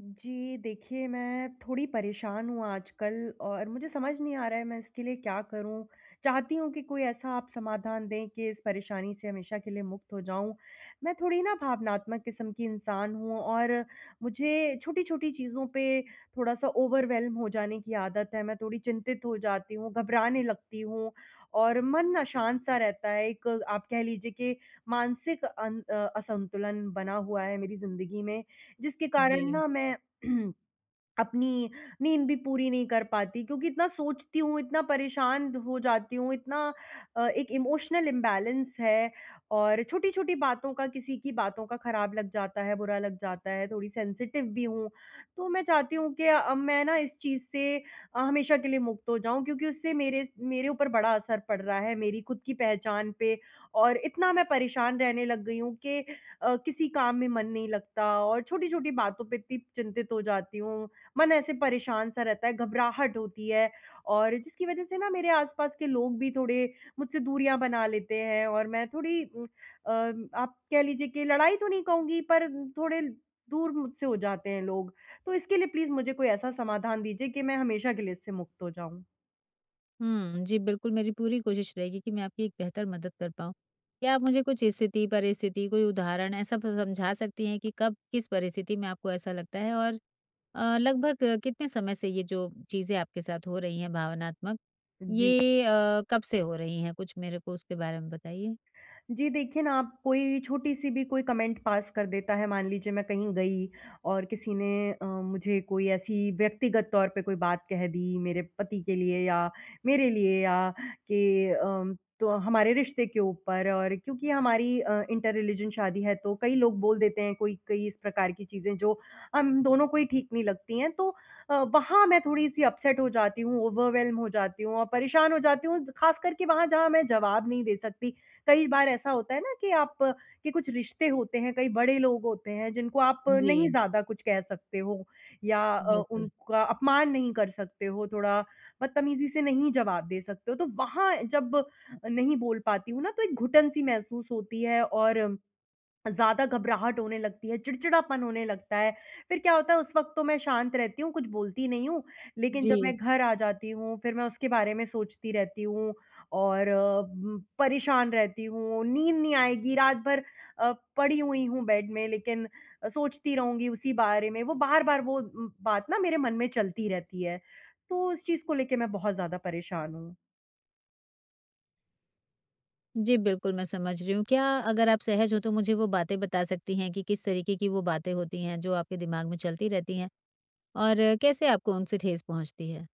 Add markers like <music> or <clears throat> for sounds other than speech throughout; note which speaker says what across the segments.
Speaker 1: जी, देखिए मैं थोड़ी परेशान हूँ आजकल और मुझे समझ नहीं आ रहा है मैं इसके लिए क्या करूँ? चाहती हूँ कि कोई ऐसा आप समाधान दें कि इस परेशानी से हमेशा के लिए मुक्त हो जाऊँ। मैं थोड़ी ना भावनात्मक किस्म की इंसान हूँ और मुझे छोटी-छोटी चीज़ों पे थोड़ा-सा ओवरवेल्म हो जाने की आदत है। मैं थोड़ी चिंतित हो जाती हूँ, घबराने लगती हूँ और मन अशांत-सा रहता है। एक आप कह लीजिए कि मानसिक असंतुलन बना हुआ है मेरी ज़िंदगी में जिसके
Speaker 2: जी।
Speaker 1: कारण ना मैं <clears throat> अपनी नींद भी पूरी नहीं कर पाती क्योंकि इतना सोचती हूँ, इतना परेशान हो जाती हूँ, इतना, एक इमोशनल इम्बैलेंस है और छोटी-छोटी बातों का किसी की बातों का खराब लग जाता है, बुरा लग जाता है, थोड़ी सेंसिटिव भी हूँ। तो मैं चाहती हूँ कि मैं ना इस चीज़ से हमेशा के लिए मुक्त हो जाऊँ क्योंकि उससे मेरे मेरे ऊपर बड़ा असर पड़ रहा है, मेरी खुद की पहचान पे और इतना मैं परेशान रहने लग गई हूँ कि किसी काम में मन नहीं लगता और छोटी-छोटी बातों पे इतनी चिंतित हो जाती हूँ। मन ऐसे परेशान-सा रहता है, घबराहट होती है और जिसकी वज़ह से ना मेरे आस-पास के लोग भी थोड़े मुझसे दूरियाँ बना लेते हैं और मैं थोड़ी अ, आप कह लीजिए कि लड़ाई तो नहीं कहूँगी पर थोड़े दूर मुझसे हो जाते हैं लोग। तो इसके लिए प्लीज़ मुझे कोई ऐसा समाधान दीजिए कि मैं हमेशा के लिए इससे मुक्त हो जाऊँ।
Speaker 2: जी, बिल्कुल मेरी पूरी कोशिश रहेगी कि मैं आपकी एक बेहतर मदद कर पाऊँ। क्या आप मुझे कुछ स्थिति, परिस्थिति, कोई उदाहरण ऐसा ब समझा सकती हैं कि कब, किस परिस्थिति में आपको ऐसा लगता है? और लगभग कितने समय से ये जो चीज़ें आपके साथ हो रही हैं भावनात्मक,
Speaker 1: जी।
Speaker 2: ये कब से हो रही हैं? कुछ मेरे को उसके बारे में बताइए।
Speaker 1: जी, देखिए ना आप कोई छोटी-सी भी कोई कमेंट पास कर देता है, मान लीजिए मैं कहीं गई और किसी ने मुझे कोई ऐसी व्यक्तिगत तौर पे कोई बात कह दी मेरे पति के लिए या मेरे लिए या कि तो हमारे रिश्ते के ऊपर और क्योंकि हमारी इंटर रिलीजन शादी है तो कई लोग बोल देते हैं कोई कई इस प्रकार की चीज़ें जो हम दोनों को ही ठीक नहीं लगती हैं। तो वहाँ मैं थोड़ी-सी अपसेट हो जाती हूँ, ओवरवेल्म हो जाती हूँ और परेशान हो जाती हूँ, ख़ास करके वहाँ जहाँ मैं जवाब नहीं दे सकती। कई बार ऐसा होता है ना कि आप के कुछ रिश्ते होते हैं, कई बड़े लोग होते हैं जिनको आप नहीं
Speaker 2: जी,
Speaker 1: ज़्यादा कुछ कह सकते हो या
Speaker 2: बिल्कुल।
Speaker 1: उनका अपमान नहीं कर सकते हो, थोड़ा बदतमीज़ी से नहीं जवाब दे सकते हो। तो वहाँ जब नहीं बोल पाती हूँ ना, तो एक घुटन-सी महसूस होती है और ज़्यादा घबराहट होने लगती है, चिड़चिड़ापन होने लगता है। फिर क्या होता है उस वक़्त तो मैं शांत रहती हूँ, कुछ बोलती नहीं हूँ, लेकिन जब मैं
Speaker 2: जी।
Speaker 1: घर आ जाती हूँ, फिर मैं उसके बारे में सोचती रहती हूँ और परेशान रहती हूँ, नींद नहीं आएगी, रात भर अ, पड़ी हुई हूँ बेड में लेकिन सोचती रहूँगी उसी बारे में, वो बार-बार वो, बात ना मेरे मन में चलती रहती है। तो इस चीज़ को लेके मैं बहुत ज़्यादा परेशान हूँ।
Speaker 2: जी, बिल्कुल मैं समझ रही हूँ। क्या अगर आप सहज हो तो मुझे वो बातें बता सकती हैं कि किस तरीके की वो बातें होती हैं जो आपके दिमाग में चलती रहती हैं? और कैसे आपको उनसे ठेस पहुँचती है?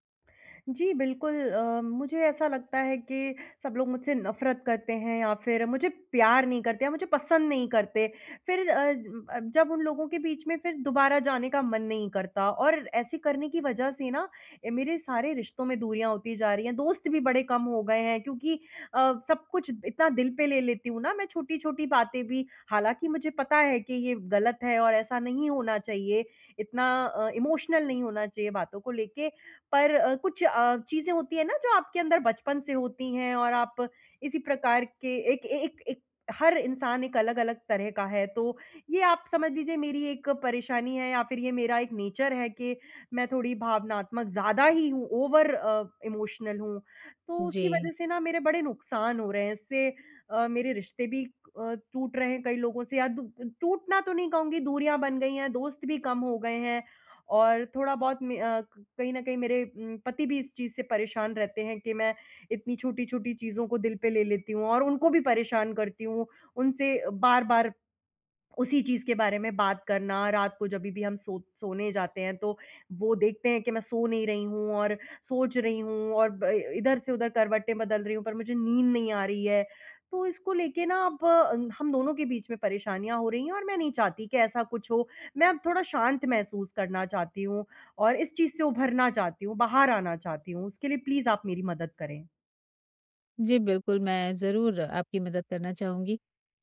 Speaker 1: जी, बिल्कुल, मुझे ऐसा लगता है कि सब लोग मुझसे नफ़रत करते हैं या फिर मुझे प्यार नहीं करते या मुझे पसंद नहीं करते। फिर जब उन लोगों के बीच में फिर दोबारा जाने का मन नहीं करता और ऐसे करने की वज़ह से ना, मेरे सारे रिश्तों में दूरियाँ होती जा रही हैं, दोस्त भी बड़े कम हो गए हैं क्योंकि सब कुछ इतना दिल पे ले लेती हूँ ना मैं छोटी-छोटी बातें भी। हालाँकि मुझे पता है कि ये गलत है और ऐसा नहीं होना चाहिए, इतना, इमोशनल नहीं होना चाहिए बातों को लेके। पर कुछ, चीज़ें होती हैं ना जो आपके अंदर बचपन से होती हैं और आप इसी प्रकार के एक एक एक हर इंसान एक अलग-अलग तरह का है, तो ये आप समझ लीजिए मेरी एक परेशानी है या फिर ये मेरा एक नेचर है कि मैं थोड़ी भावनात्मक ज़्यादा ही हूँ, ओवर इमोशनल हूँ। तो उसकी वज़ह
Speaker 2: जी।
Speaker 1: से ना मेरे बड़े नुकसान हो रहे हैं, इससे मेरे रिश्ते भी टूट रहे हैं कई लोगों से या दू टूटना तो नहीं कहूँगी दूरियाँ बन गई हैं, दोस्त भी कम हो गए हैं। और थोड़ा-बहुत कहीं न कहीं मेरे पति भी इस चीज़ से परेशान रहते हैं कि मैं इतनी छोटी-छोटी चीज़ों को दिल पे ले लेती हूँ और उनको भी परेशान करती हूँ। उनसे बार-बार उसी चीज़ के बारे में बात करना, रात को जभी भी हम सोने जाते हैं तो वो देखते हैं कि मैं सो नहीं रही हूँ और सोच रही हूँ और ब इधर से उधर करवटें बदल रही हूँ पर मुझे नींद नहीं आ रही है। तो इसको लेके ना अब हम दोनों के बीच में परेशानियाँ हो रही हैं और मैं नहीं चाहती कि ऐसा कुछ हो। मैं अब थोड़ा शांत महसूस करना चाहती हूँ और इस चीज़ से उभरना चाहती हूँ, बाहर आना चाहती हूँ। उसके लिए प्लीज़ आप मेरी मदद करें।
Speaker 2: जी, बिल्कुल, मैं ज़रूर आपकी मदद करना चाहूँगी।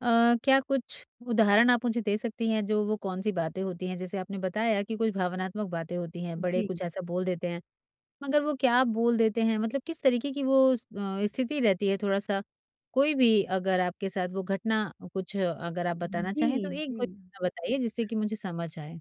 Speaker 2: क्या कुछ उदाहरण आप मुझे दे सकती हैं, जो वो कौन-सी बातें होती हैं? जैसे आपने बताया कि कुछ भावनात्मक बातें होती हैं, बड़े
Speaker 1: जी।
Speaker 2: कुछ ऐसा बोल देते हैं, मगर वो क्या बोल देते हैं? मतलब किस तरीके की वो स्थिति रहती है? थोड़ा-सा कोई भी अगर आपके साथ वो घटना कुछ अगर आप बताना
Speaker 1: जी,
Speaker 2: चाहें, तो एक
Speaker 1: जी।
Speaker 2: कोई घटना बताइए, जिससे कि मुझे समझ आए।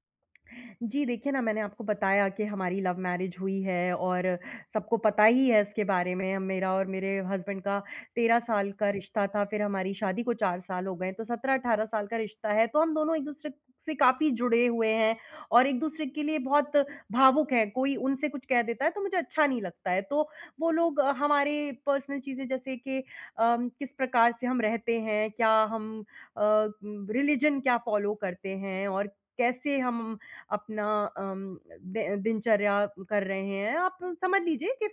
Speaker 1: जी, देखिए ना मैंने आपको बताया कि हमारी लव मैरिज हुई है और सबको पता ही है इसके बारे में। हम मेरा और मेरे हस्बैंड का 13 साल का रिश्ता था, फिर हमारी शादी को 4 साल हो गए, तो 17-18 साल का रिश्ता है। तो हम दोनों एक-दूसरे से काफ़ी जुड़े हुए हैं और एक-दूसरे के लिए बहुत भावुक हैं। कोई उनसे कुछ कह देता है तो मुझे अच्छा नहीं लगता है। तो वो लोग हमारे पर्सनल चीज़ें जैसे कि किस प्रकार से हम रहते हैं, क्या हम रिलिजन क्या फ़ॉलो करते हैं और कैसे हम अपना अम, दि दिनचर्या कर रहे हैं। आप समझ लीजिए कि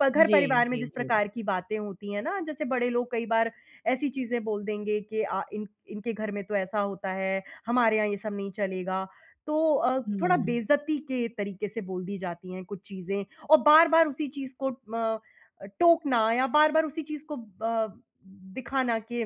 Speaker 1: प
Speaker 2: जी,
Speaker 1: घर-परिवार में
Speaker 2: जी,
Speaker 1: जिस
Speaker 2: जी।
Speaker 1: प्रकार की बातें होती हैं ना, जैसे बड़े लोग कई बार ऐसी चीज़ें बोल देंगे कि अ, इन इनके घर में तो ऐसा होता है, हमारे यहाँ ये सब नहीं चलेगा। तो थोड़ा
Speaker 2: हुँ।
Speaker 1: बेइज़्ज़ती के तरीके से बोल दी जाती हैं कुछ चीज़ें और बार-बार उसी चीज़ को टोकना या बार-बार उसी चीज़ को दिखाना कि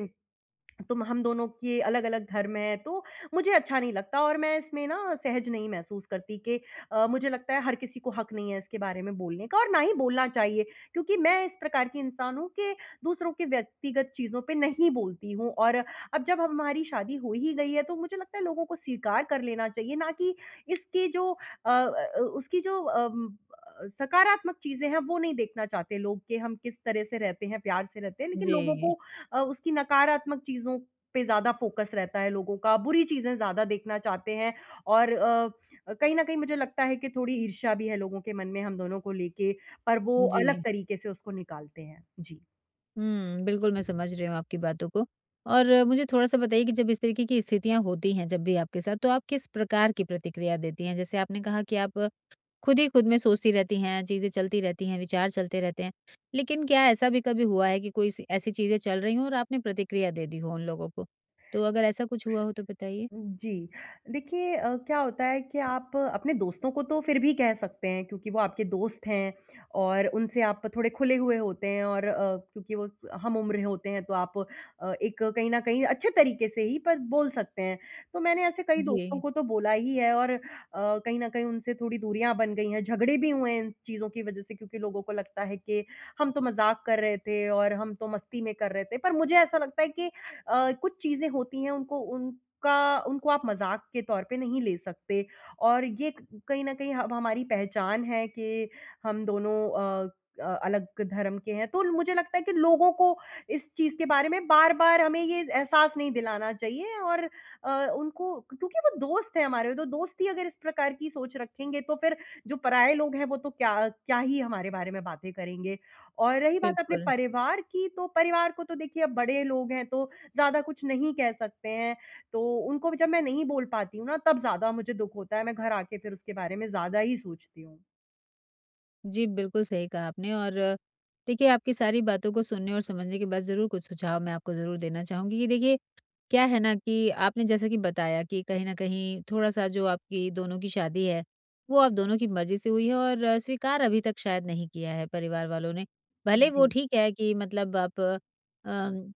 Speaker 1: तो हम दोनों के अलग-अलग धर्म हैं, तो मुझे अच्छा नहीं लगता और मैं इसमें ना सहज नहीं महसूस करती कि मुझे लगता है हर किसी को हक नहीं है इसके बारे में बोलने का और ना ही बोलना चाहिए क्योंकि मैं इस प्रकार की इंसान हूँ कि दूसरों के व्यक्तिगत चीज़ों पे नहीं बोलती हूँ और अब जब हमारी शादी हो ही गई है, तो मुझे लगता है लोगों को स्वीकार कर लेना चाहिए, ना कि इसके जो उसकी जो सकारात्मक चीज़ें हैं, वो नहीं देखना चाहते लोग कि हम किस तरह से रहते हैं, प्यार से रहते हैं, लेकिन लोगों
Speaker 2: जी,
Speaker 1: को अ, उसकी नकारात्मक चीज़ों पे ज़्यादा फ़ोकस रहता है लोगों का, बुरी चीज़ें ज़्यादा देखना चाहते हैं और कहीं न कहीं मुझे लगता है कि थोड़ी ईर्ष्या भी है लोगों के मन में हम दोनों को लेके, पर वो
Speaker 2: जी।
Speaker 1: अलग तरीके से उसको निकालते हैं। जी।
Speaker 2: बिल्कुल मैं समझ रही हूँ आपकी बातों को। और मुझे थोड़ा-सा बताइए कि जब इस तरीके की स्थितियाँ होती हैं जब भी आपके साथ, तो आप किस प्रकार की प्रतिक्रिया देती हैं? जैसे आपने कहा कि आप खुद ही खुद में सोचती रहती हैं, चीज़ें चलती रहती हैं, विचार चलते रहते हैं। लेकिन क्या ऐसा भी कभी हुआ है कि कोई सी ऐसी चीज़ें चल रही हों और आपने प्रतिक्रिया दे दी हो उन लोगों को? तो अगर ऐसा कुछ हुआ हो तो बताइए?
Speaker 1: जी। देखिए क्या होता है कि आप अपने दोस्तों को तो फिर भी कह सकते हैं क्योंकि वो आपके दोस्त हैं और उनसे आप थोड़े खुले हुए होते हैं और क्योंकि वो हम-उम्र होते हैं तो आप एक कहीं न कहीं अच्छे तरीके से ही पर बोल सकते हैं। तो मैंने ऐसे कई दोस्तों
Speaker 2: जी,
Speaker 1: को तो बोला ही है और कहीं न कहीं उनसे थोड़ी दूरियाँ बन गई हैं, झगड़े भी हुए हैं इन चीज़ों की वज़ह से क्योंकि लोगों को लगता है कि हम तो मज़ाक कर रहे थे और हम तो मस्ती में कर रहे थे। पर मुझे ऐसा लगता है कि कुछ चीज़ें होती हैं उनको उन का उनको आप मज़ाक के तौर पे नहीं ले सकते और ये क कहीं न कहीं अब हमारी पहचान है कि हम दोनों अ अलग धर्म के हैं। तो मुझे लगता है कि लोगों को इस चीज़ के बारे में बार-बार हमें ये एहसास नहीं दिलाना चाहिए और उनको क्योंकि वो दोस्त हैं हमारे, तो दोस्त ही अगर इस प्रकार की सोच रखेंगे तो फिर जो पराये लोग हैं वो तो क्या क्या ही हमारे बारे में बातें करेंगे। और रही बात अपने
Speaker 2: बिल्कुल।
Speaker 1: परिवार की, तो परिवार को तो देखिए अब बड़े लोग हैं तो ज़्यादा कुछ नहीं कह सकते हैं। तो उनको जब मैं नहीं बोल पाती हूँ ना तब ज़्यादा मुझे दुःख होता है, मैं घर आके फिर उसके बारे में ज़्यादा ही सोचती हूँ।
Speaker 2: जी, बिल्कुल सही कहा आपने। और देखिए आपकी सारी बातों को सुनने और समझने के बाद ज़रूर कुछ सुझाव मैं आपको ज़रूर देना चाहूँगी कि देखिए क्या है ना कि आपने जैसा कि बताया कि कहीं न कहीं थोड़ा-सा जो आपकी दोनों की शादी है, वो आप दोनों की मर्ज़ी से हुई है और स्वीकार अभी तक शायद नहीं किया है परिवार वालों ने। भले वो
Speaker 1: जी,
Speaker 2: ठीक है कि मतलब आप अम,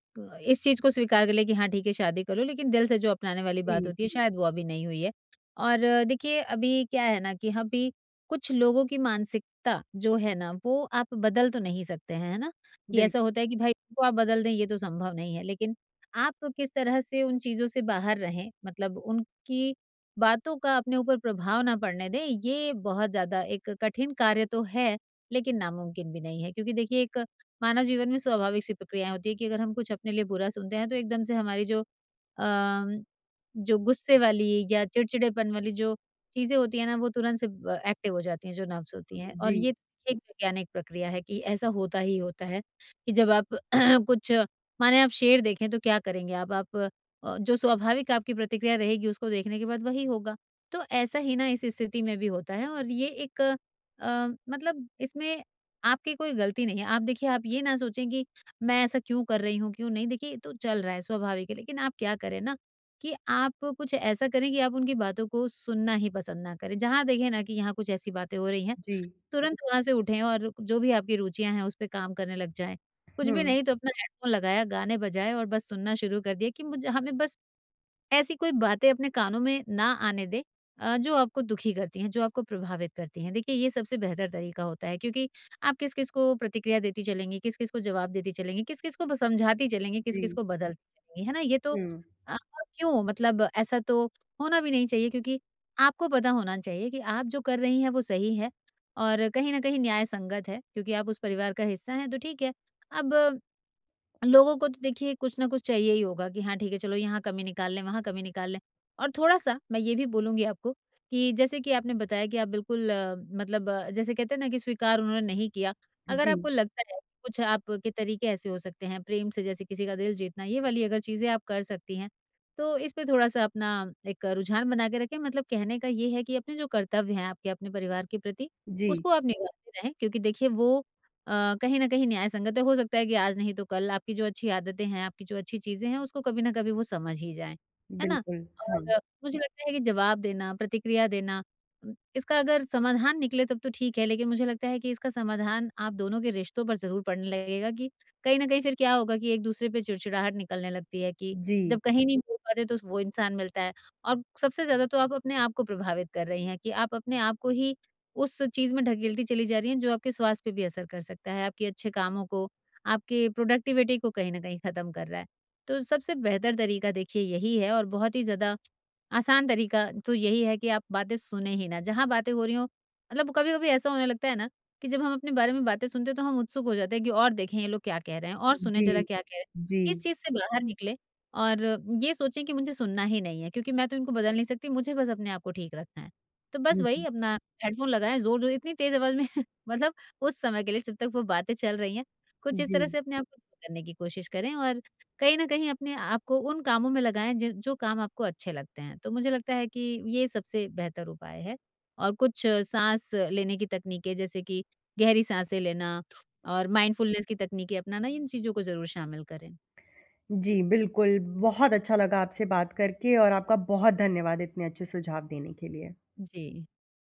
Speaker 2: इस चीज़ को स्वीकार कर लें कि हाँ, ठीक है शादी करो, लेकिन दिल से जो अपनाने वाली
Speaker 1: जी,
Speaker 2: बात होती
Speaker 1: जी,
Speaker 2: है शायद वो अभी नहीं हुई है। और देखिए अभी क्या है ना कि अभी कुछ लोगों की मानसिकता जो है ना वो आप बदल तो नहीं सकते हैं, है ना? कि ऐसा
Speaker 1: बिल्कुल,
Speaker 2: होता है कि भाई उनको आप बदल दें ये तो संभव नहीं है, लेकिन आप किस तरह से उन चीज़ों से बाहर रहें, मतलब उनकी बातों का अपने ऊपर प्रभाव ना पड़ने दें, ये बहुत ज़्यादा एक कठिन कार्य तो है, लेकिन नामुमकिन भी नहीं है। क्योंकि देखिए एक मानव जीवन में स्वाभाविक सी प्रक्रियाएँ होती है कि अगर हम कुछ अपने लिए बुरा सुनते हैं, तो एकदम से हमारी अम, जो गुस्से वाली या चिड़चिड़ेपन वाली जो चीज़ें होती हैं ना, वो तुरंत से ब एक्टिव हो जाती हैं, जो नर्व्स होती हैं। और
Speaker 1: जी,
Speaker 2: ये एक वैज्ञानिक प्रक्रिया है कि ऐसा होता ही होता है कि जब आप <clears throat> कुछ, माने आप शेर देखें तो क्या करेंगे आप? आप जो स्वाभाविक आपकी प्रतिक्रिया रहेगी उसको देखने के बाद वही होगा। तो ऐसा ही ना इस स्थिति में भी होता है, और ये एक मतलब इसमें आपकी कोई गलती नहीं है। आप देखिए, आप ये ना सोचें कि मैं ऐसा क्यों कर रही हूँ, क्यों नहीं? देखिए ये तो चल रहा है, स्वाभाविक है। लेकिन आप क्या करें ना कि आप कुछ ऐसा करें कि आप उनकी बातों को सुनना ही पसंद ना करें। जहाँ देखें ना कि यहाँ कुछ ऐसी बातें हो रही हैं,
Speaker 1: जी,
Speaker 2: तुरंत वहाँ से उठें और जो भी आपकी रुचियाँ हैं, उस पे काम करने लग जाएँ। कुछ भी
Speaker 1: हुँ,
Speaker 2: नहीं तो अपना हेडफ़ोन लगाया, गाने बजाए और बस सुनना शुरू कर दिया कि मुझे हमें बस ऐसी कोई बातें अपने कानों में ना आने दें, जो आपको दुखी करती हैं, जो आपको प्रभावित करती हैं। देखिए ये सबसे बेहतर तरीका होता है, क्योंकि आप किस-किस को प्रतिक्रिया देती चलेंगी, किस-किस को जवाब देती चलेंगी, किस-किस को ब समझाती चलेंगी, किस-किस
Speaker 1: जी,
Speaker 2: को बदलती चलेंगी, है ना? ये तो
Speaker 1: हुँ,
Speaker 2: और क्यों, मतलब ऐसा तो होना भी नहीं चाहिए क्योंकि आपको पता होना चाहिए कि आप जो कर रही हैं वो सही है और कहीं न कहीं न्याय संगत है, क्योंकि आप उस परिवार का हिस्सा हैं तो ठीक है। अब लोगों को तो देखिए कुछ ना कुछ चाहिए ही होगा कि हाँ ठीक है चलो यहाँ कमी निकाल लें, वहाँ कमी निकाल लें। और थोड़ा-सा मैं ये भी बोलूँगी आपको कि जैसे कि आपने बताया कि आप बिल्कुल मतलब जैसे कहते हैं ना कि स्वीकार उन्होंने नहीं किया। अगर
Speaker 1: जी,
Speaker 2: आपको लगता है कि कुछ आपके तरीके ऐसे हो सकते हैं प्रेम से, जैसे किसी का दिल जीतना, ये वाली अगर चीज़ें आप कर सकती हैं, तो इस पे थोड़ा-सा अपना एक रुझान बना के रखें। मतलब कहने का ये है कि अपने जो कर्तव्य हैं आपके अपने परिवार के प्रति,
Speaker 1: जी,
Speaker 2: उसको आप निभाते रहें क्योंकि देखिए वो कहीं न कहीं न्यायसंगत है। हो सकता है कि आज नहीं तो कल आपकी जो अच्छी आदतें हैं, आपकी जो अच्छी चीज़ें हैं, उसको कभी न कभी वो समझ ही जाएँ, है ना?
Speaker 1: बिल्कुल, हाँ,
Speaker 2: और मुझे लगता है कि जवाब देना, प्रतिक्रिया देना, इसका अगर समाधान निकले तब तो ठीक है, लेकिन मुझे लगता है कि इसका समाधान आप दोनों के रिश्तों पर ज़रूर पड़ने लगेगा कि कहीं न कहीं फिर क्या होगा कि एक-दूसरे पे चिड़चिड़ाहट निकलने लगती है, कि
Speaker 1: जी,
Speaker 2: जब कहीं नहीं बोल पाते तो वो इंसान मिलता है। और सबसे ज़्यादा तो आप अपने आप को प्रभावित कर रही हैं कि आप अपने आप को ही उस चीज़ में ढकेलती चली जा रही हैं, जो आपके स्वास्थ्य पे भी असर कर सकता है, आपके अच्छे कामों को, आपके प्रोडक्टिविटी को कहीं न कहीं ख़त्म कर रहा है। तो सबसे बेहतर तरीका देखिए यही है, और बहुत ही ज़्यादा आसान तरीका तो यही है कि आप बातें सुनें ही ना। जहाँ बातें हो रही हों, मतलब कभी-कभी ऐसा होने लगता है ना कि जब हम अपने बारे में बातें सुनते हैं तो हम उत्सुक हो जाते हैं कि और देखें ये लोग क्या कह रहे हैं और सुनें
Speaker 1: जी,
Speaker 2: ज़रा क्या कह रहे
Speaker 1: जी,
Speaker 2: हैं। इस चीज़ से बाहर निकलें और ये सोचें कि मुझे सुनना ही नहीं है, क्योंकि मैं तो इनको बदल नहीं सकती, मुझे बस अपने आप को ठीक रखना है। तो बस
Speaker 1: हुँ,
Speaker 2: वही
Speaker 1: हुँ,
Speaker 2: अपना हेडफ़ोन लगाएँ, ज़ोर-ज़ोर, इतनी तेज़ आवाज़ में <laughs> मतलब उस समय के लिए जब तक वो बातें चल रही हैं, कुछ इस
Speaker 1: जी,
Speaker 2: तरह से अपने आप को दूर करने की कोशिश करें और कहीं न कहीं अपने आप को उन कामों में लगाएँ ज जो काम आपको अच्छे लगते हैं। तो मुझे लगता है कि ये सबसे बेहतर उपाय है, और कुछ साँस लेने की तकनीकें जैसे कि गहरी साँसें लेना और माइंडफुलनेस की तकनीकें अपनाना, इन चीज़ों को ज़रूर शामिल करें।
Speaker 1: जी, बिल्कुल, बहुत अच्छा लगा आपसे बात करके और आपका बहुत धन्यवाद इतने अच्छे सुझाव देने के लिए।
Speaker 2: जी।